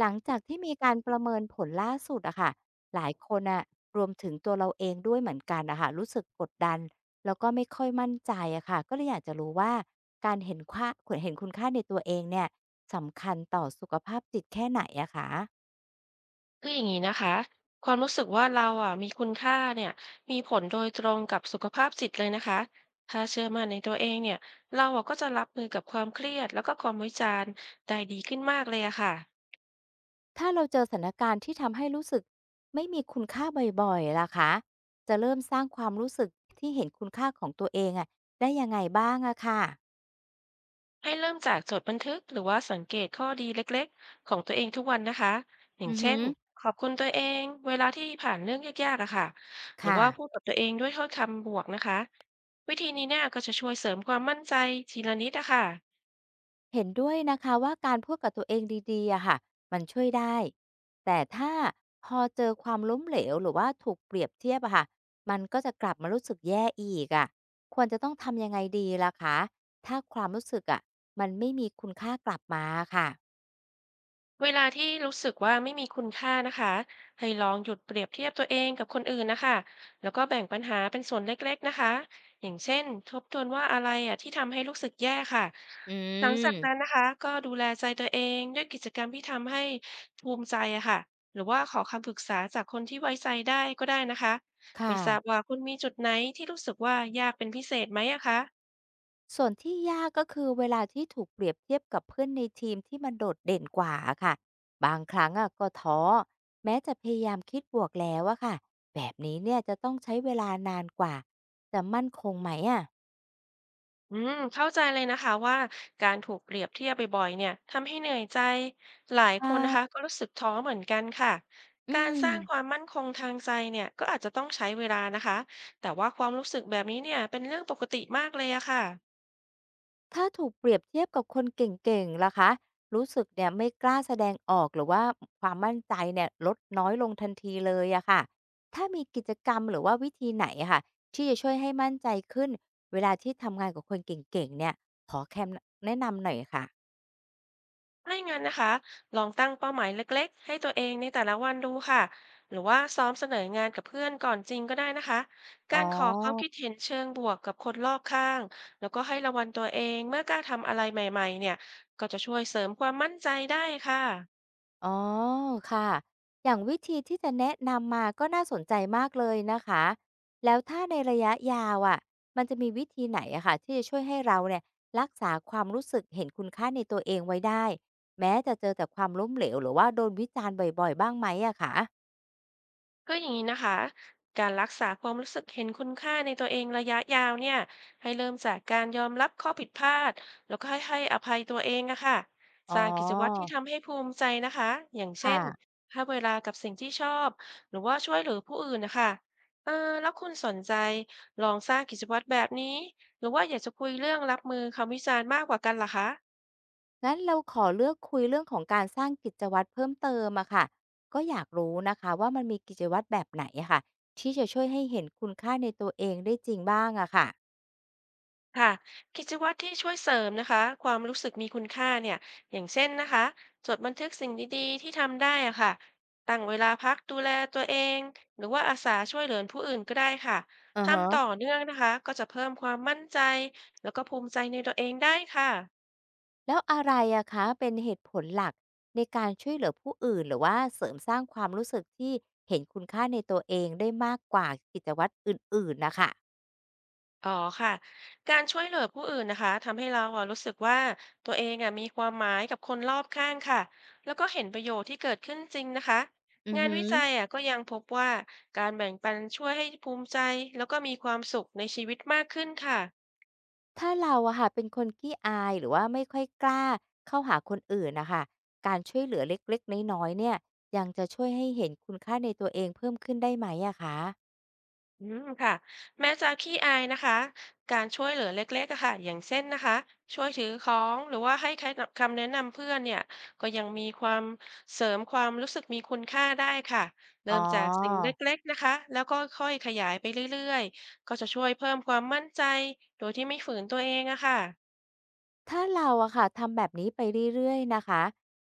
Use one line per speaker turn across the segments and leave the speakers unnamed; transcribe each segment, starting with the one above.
หลังจากที่มีการประเมินผลล่าสุดอะค่ะหลายคนอ่ะรวมถึงตัวเราเองด้วยเหมือนกันอะค่ะรู้สึกกดดันแล้วก็ไม่ค่อยมั่นใจอะค่ะก็เลยอยากจะรู้ว่าการเห็นค่าคุณเห็นคุณค่าในตัวเองเนี่ยสำคัญต่อสุขภาพจิตแค่ไหนอะคะ
คืออย่างนี้นะคะความรู้สึกว่าเราอ่ะมีคุณค่าเนี่ยมีผลโดยตรงกับสุขภาพจิตเลยนะคะถ้าเชื่อมั่นในตัวเองเนี่ยเราอ่ะก็จะรับมือกับความเครียดแล้วก็ความวิจารณ์ได้ดีขึ้นมากเลยอะค่ะ
ถ้าเราเจอสถานการณ์ที่ทำให้รู้สึกไม่มีคุณค่าบ่อยๆล่ะคะจะเริ่มสร้างความรู้สึกที่เห็นคุณค่าของตัวเองอะได้ยังไงบ้างอะค่ะ
ให้เริ่มจากจดบันทึกหรือว่าสังเกตข้อดีเล็กๆของตัวเองทุกวันนะคะอย่าง
อือ
เช่
ฮึ
นขอบคุณตัวเองเวลาที่ผ่านเรื่องยากๆอะค่ะหรือ
ค่ะ
ว่าพูดกับตัวเองด้วยถ้อยคำบวกนะคะวิธีนี้เนี่ยก็จะช่วยเสริมความมั่นใจทีละนิดอะค่ะ
เห็นด้วยนะคะว่าการพูดกับตัวเองดีๆอะค่ะมันช่วยได้แต่ถ้าพอเจอความล้มเหลวหรือว่าถูกเปรียบเทียบอะค่ะมันก็จะกลับมารู้สึกแย่อีกอะควรจะต้องทำยังไงดีล่ะคะถ้าความรู้สึกอะมันไม่มีคุณค่ากลับมาค่ะ
เวลาที่รู้สึกว่าไม่มีคุณค่านะคะให้ลองหยุดเปรียบเทียบตัวเองกับคนอื่นนะคะแล้วก็แบ่งปัญหาเป็นส่วนเล็กๆนะคะ อย่างเช่นทบทวนว่าอะไรอ่ะที่ทำให้รู้สึกแย่ค่ะ
อื
หลังจากนั้น
ม
นะคะก็ดูแลใจตัวเองด้วยกิจกรรมที่ทำให้ภูมิใจอะค่ะหรือว่าขอคำปรึกษาจากคนที่ไว้ใจได้ก็ได้นะคะ ไม่
ค่ะ
ทราบว่าคุณมีจุดไหนที่รู้สึกว่ายากเป็นพิเศษไหมอะคะ
ส่วนที่ยากก็คือเวลาที่ถูกเปรียบเทียบกับเพื่อนในทีมที่มันโดดเด่นกว่าอะค่ะบางครั้งอะก็ท้อแม้จะพยายามคิดบวกแล้วอะค่ะแบบนี้เนี่ยจะต้องใช้เวลานานกว่าจะมั่นคงไหมอะ
อืมเข้าใจเลยนะคะว่าการถูกเปรียบเทียบบ่อยๆเนี่ยทำให้เหนื่อยใจหลายคน
ค่ะ
นะคะก็รู้สึกท้อเหมือนกันค่ะ
อื
การ
ม
สร้างความมั่นคงทางใจเนี่ยก็อาจจะต้องใช้เวลานะคะแต่ว่าความรู้สึกแบบนี้เนี่ยเป็นเรื่องปกติมากเลยอะค่ะ
ถ้าถูกเปรียบเทียบกับคนเก่งๆล่ะคะรู้สึกเนี่ยไม่กล้าแสดงออกหรือว่าความมั่นใจเนี่ยลดน้อยลงทันทีเลยอะค่ะ ถ้ามีกิจกรรมหรือว่าวิธีไหนอะค่ะที่จะช่วยให้มั่นใจขึ้นเวลาที่ทำงานกับคนเก่งๆเนี่ย ขอแคมแนะนำหน่อยค่ะ
ถ้าอย่างนั้นนะคะลองตั้งเป้าหมายเล็กๆให้ตัวเองในแต่ละวันดูค่ะหรือว่าซ้อมเสนองานกับเพื่อนก่อนจริงก็ได้นะคะ
อ๋
กา
อ
รขอความคิดเห็นเชิงบวกกับคนรอบข้างแล้วก็ให้รางวัลตัวเองเมื่อกล้าทำอะไรใหม่ๆเนี่ยก็จะช่วยเสริมความมั่นใจได้ค่ะ
อ๋อค่ะ อย่างวิธีที่จะแนะนำมาก็น่าสนใจมากเลยนะคะ แล้วถ้าในระยะยาวอ่ะ มันจะมีวิธีไหนอะค่ะที่จะช่วยให้เราเนี่ยรักษาความรู้สึกเห็นคุณค่าในตัวเองไว้ได้แม้จะเจอแต่ความล้มเหลวหรือว่าโดนวิจารณ์บ่อยๆบ้างไหมอะคะ
ก็อย่างนี้นะคะการรักษาความรู้สึกเห็นคุณค่าในตัวเองระยะยาวเนี่ยให้เริ่มจากการยอมรับข้อผิดพลาดแล้วก็ให้อภัยตัวเองอะค่ะ
อ๋อ
สร้างกิจวัตรที่ทำให้ภูมิใจนะคะอย่างเช่
ค่ะ
นให้เวลากับสิ่งที่ชอบหรือว่าช่วยเหลือผู้อื่นนะคะเออแล้วคุณสนใจลองสร้างกิจวัตรแบบนี้หรือว่าอยากจะคุยเรื่องรับมือคำวิจารณ์มากกว่ากันเหรอคะ
งั้นเราขอเลือกคุยเรื่องของการสร้างกิจวัตรเพิ่มเติมอะค่ะก็อยากรู้นะคะว่ามันมีกิจวัตรแบบไหนอะค่ะที่จะช่วยให้เห็นคุณค่าในตัวเองได้จริงบ้างอะค่ะ
ค่ะกิจวัตรที่ช่วยเสริมนะคะความรู้สึกมีคุณค่าเนี่ยอย่างเช่นนะคะจดบันทึกสิ่งดีๆที่ทำได้อะค่ะตั้งเวลาพักดูแลตัวเองหรือว่าอาสาช่วยเหลือผู้อื่นก็ได้ค่ะ
ออ
ทำต่อ
ฮะ
เนื่องนะคะก็จะเพิ่มความมั่นใจแล้วก็ภูมิใจในตัวเองได้ค่ะ
แล้วอะไรอะคะเป็นเหตุผลหลักในการช่วยเหลือผู้อื่นหรือว่าเสริมสร้างความรู้สึกที่เห็นคุณค่าในตัวเองได้มากกว่ากิจวัตรอื่นๆนะคะ
อ๋อค่ะ การช่วยเหลือผู้อื่นนะคะทำให้เราอ่ะรู้สึกว่าตัวเองอ่ะมีความหมายกับคนรอบข้างค่ะ แล้วก็เห็นประโยชน์ที่เกิดขึ้นจริงนะคะ
อือ
งาน
ฮึ
วิจัยอ่ะก็ยังพบว่าการแบ่งปันช่วยให้ภูมิใจแล้วก็มีความสุขในชีวิตมากขึ้นค่ะ
ถ้าเราอะค่ะเป็นคนขี้อายหรือว่าไม่ค่อยกล้าเข้าหาคนอื่นนะคะการช่วยเหลือเล็กๆน้อยๆเนี่ยยังจะช่วยให้เห็นคุณค่าในตัวเองเพิ่มขึ้นได้ไหมอะคะ
อืมค่ะแม้จะขี้อายนะคะการช่วยเหลือเล็กๆอะค่ะอย่างเช่นนะคะช่วยถือของหรือว่าให้คำแนะนำเพื่อนเนี่ยก็ยังมีความเสริมความรู้สึกมีคุณค่าได้ค่ะ
อ๋
เริ่มจากสิ่ง
อ
เล็กๆนะคะแล้วก็ค่อยขยายไปเรื่อยๆก็จะช่วยเพิ่มความมั่นใจโดยที่ไม่ฝืนตัวเองอะค่ะ
ถ้าเราอะค่ะทำแบบนี้ไปเรื่อยๆนะคะ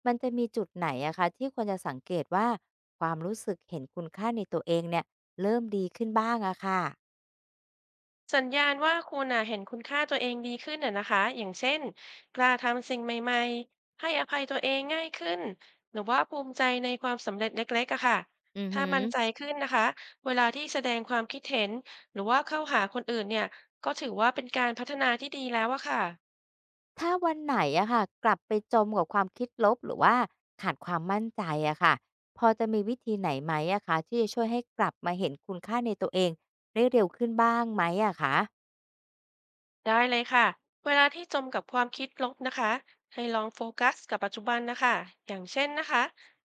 มันจะมีจุดไหนอะคะที่ควรจะสังเกตว่าความรู้สึกเห็นคุณค่าในตัวเองเนี่ยเริ่มดีขึ้นบ้างอะค่ะ
สัญญาณว่าคุณน่ะเห็นคุณค่าตัวเองดีขึ้นน่ะนะคะอย่างเช่นกล้าทำสิ่งใหม่ๆให้อภัยตัวเองง่ายขึ้นหรือว่าภูมิใจในความสำเร็จเล็กๆอะค่ะ
อือ
ถ้า
หือ
มั่นใจขึ้นนะคะเวลาที่แสดงความคิดเห็นหรือว่าเข้าหาคนอื่นเนี่ยก็ถือว่าเป็นการพัฒนาที่ดีแล้วอะค่ะ
ถ้าวันไหนอะค่ะกลับไปจมกับความคิดลบหรือว่าขาดความมั่นใจอะค่ะพอจะมีวิธีไหนไหมอะคะที่จะช่วยให้กลับมาเห็นคุณค่าในตัวเองได้เร็วขึ้นบ้างไหมอะคะ
ได้เลยค่ะ เวลาที่จมกับความคิดลบนะคะ ให้ลองโฟกัสกับปัจจุบันนะคะ อย่างเช่นนะคะ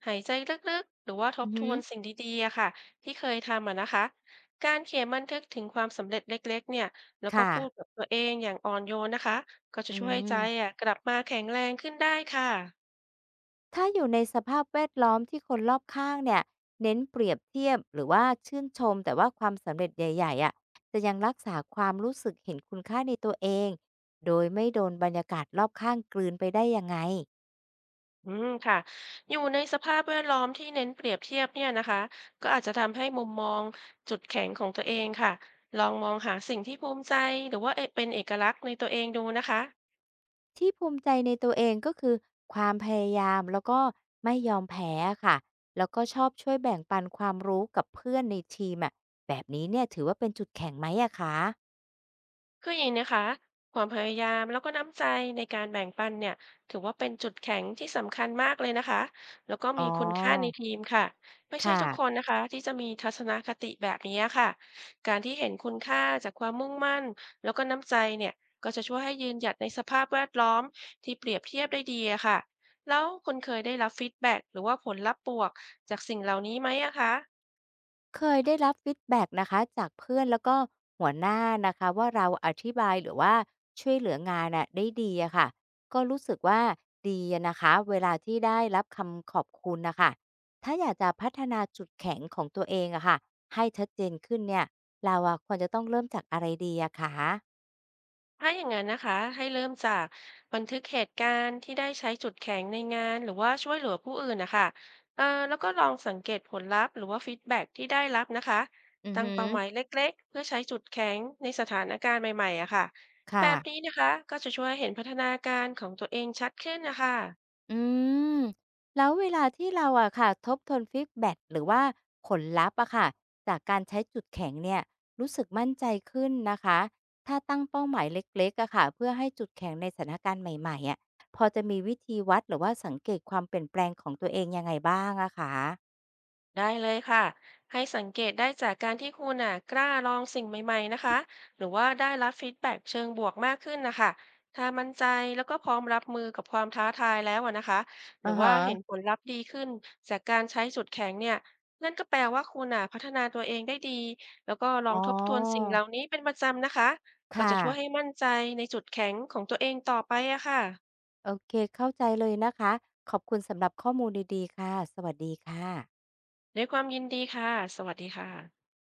หายใจลึกๆ หรือว่าท
อื
บ
อ
ท
หื
ว
อ
นสิ่งดีๆอะค่ะที่เคยทำอะนะคะ การเขียนบันทึกถึงความสำเร็จเล็กๆเนี่ยแล้วก็
ค่ะ
พูดกับตัวเองอย่างอ่อนโยนนะคะ ก็จะ
อื
ช่วยให้ใจ
ม
อะกลับมาแข็งแรงขึ้นได้ค่ะ
ถ้าอยู่ในสภาพแวดล้อมที่คนรอบข้างเนี่ยเน้นเปรียบเทียบหรือว่าชื่นชมแต่ว่าความสำเร็จใหญ่ๆอะะจะยังรักษาความรู้สึกเห็นคุณค่าในตัวเองโดยไม่โดนบรรยากาศรอบข้างกลืนไปได้ยังไง
อืมค่ะอยู่ในสภาพแวดล้อมที่เน้นเปรียบเทียบเนี่ยนะคะก็อาจจะทำให้มุมมองจุดแข็งของตัวเองค่ะลองมองหาสิ่งที่ภูมิใจหรือว่าเป็นเอกลักษณ์ในตัวเองดูนะคะ
ที่ภูมิใจในตัวเองก็คือความพยายามแล้วก็ไม่ยอมแพ้ค่ะแล้วก็ชอบช่วยแบ่งปันความรู้กับเพื่อนในทีมอะะแบบนี้เนี่ยถือว่าเป็นจุดแข็งไหมอะคะ
คืออย่างนี้นะคะความพยายามแล้วก็น้ำใจในการแบ่งปันเนี่ยถือว่าเป็นจุดแข็งที่สำคัญมากเลยนะคะแล้วก็
อ๋
มีคุณค่าใน
อ
ทีมค่ะไม่ใช่
ค่ะ
ทุกคนนะคะที่จะมีทัศนคติแบบนี้ค่ะการที่เห็นคุณค่าจากความมุ่งมั่นแล้วก็น้ำใจเนี่ยก็จะช่วยให้ยืนหยัดในสภาพแวดล้อมที่เปรียบเทียบได้ดีอะค่ะแล้วคุณเคยได้รับฟีดแบ็กหรือว่าผลลัพธ์บวกจากสิ่งเหล่านี้ไหมอะคะ
เคยได้รับฟีดแบ็กนะคะจากเพื่อนแล้วก็หัวหน้านะคะว่าเราอธิบายหรือว่าช่วยเหลืองานน่ะได้ดีอะค่ะก็รู้สึกว่าดีอะนะคะเวลาที่ได้รับคำขอบคุณนะคะถ้าอยากจะพัฒนาจุดแข็งของตัวเองอะค่ะให้ชัดเจนขึ้นเนี่ยเราอะควรจะต้องเริ่มจากอะไรดีอะคะ
ถ้าอย่างนั้นนะคะให้เริ่มจากบันทึกเหตุการณ์ที่ได้ใช้จุดแข็งในงานหรือว่าช่วยเหลือผู้อื่นนะคะเอ่อแล้วก็ลองสังเกตผลลัพธ์หรือว่าฟีดแบ็กที่ได้รับนะคะ
อือ
ตั้ง
หือ
เป้าหมายเล็กๆเพื่อใช้จุดแข็งในสถานการณ์ใหม่ๆอะค่ะแบบนี้
ค่ะ
นะคะก็จะช่วยเห็นพัฒนาการของตัวเองชัดขึ้นนะคะ
อืมแล้วเวลาที่เราอะค่ะทบทวนฟีดแบ็กหรือว่าผลลัพธ์อะค่ะจากการใช้จุดแข็งเนี่ยรู้สึกมั่นใจขึ้นนะคะถ้าตั้งเป้าหมายเล็กๆอะค่ะเพื่อให้จุดแข็งในสถานการณ์ใหม่ๆอะพอจะมีวิธีวัดหรือว่าสังเกตความเปลี่ยนแปลงของตัวเองยังไงบ้างอะคะ
ได้เลยค่ะ ให้สังเกตได้จากการที่คุณน่ะกล้าลองสิ่งใหม่ๆนะคะหรือว่าได้รับฟีดแบ็กเชิงบวกมากขึ้นนะคะถ้ามั่นใจแล้วก็พร้อมรับมือกับความท้าทายแล้วอะนะคะหรื
อื
อ
อ
ว่า
ฮะ
เห็นผลลัพธ์ดีขึ้นจากการใช้จุดแข็งเนี่ยนั่นก็แปลว่าคุณน่ะพัฒนาตัวเองได้ดีแล้วก็ลอ
อ๋
ง
อ
ทบทวนสิ่งเหล่านี้เป็นประจำนะคะ
ค
ก็จะช่วยให้
่ะ
มั่นใจในจุดแข็งของตัวเองต่อไปอะค่ะ
โอเคเข้าใจเลยนะคะขอบคุณสำหรับข้อมูลดีๆค่ะสวัสดีค่ะ
ด้วยความยินดีค่ะสวัสดีค่ะ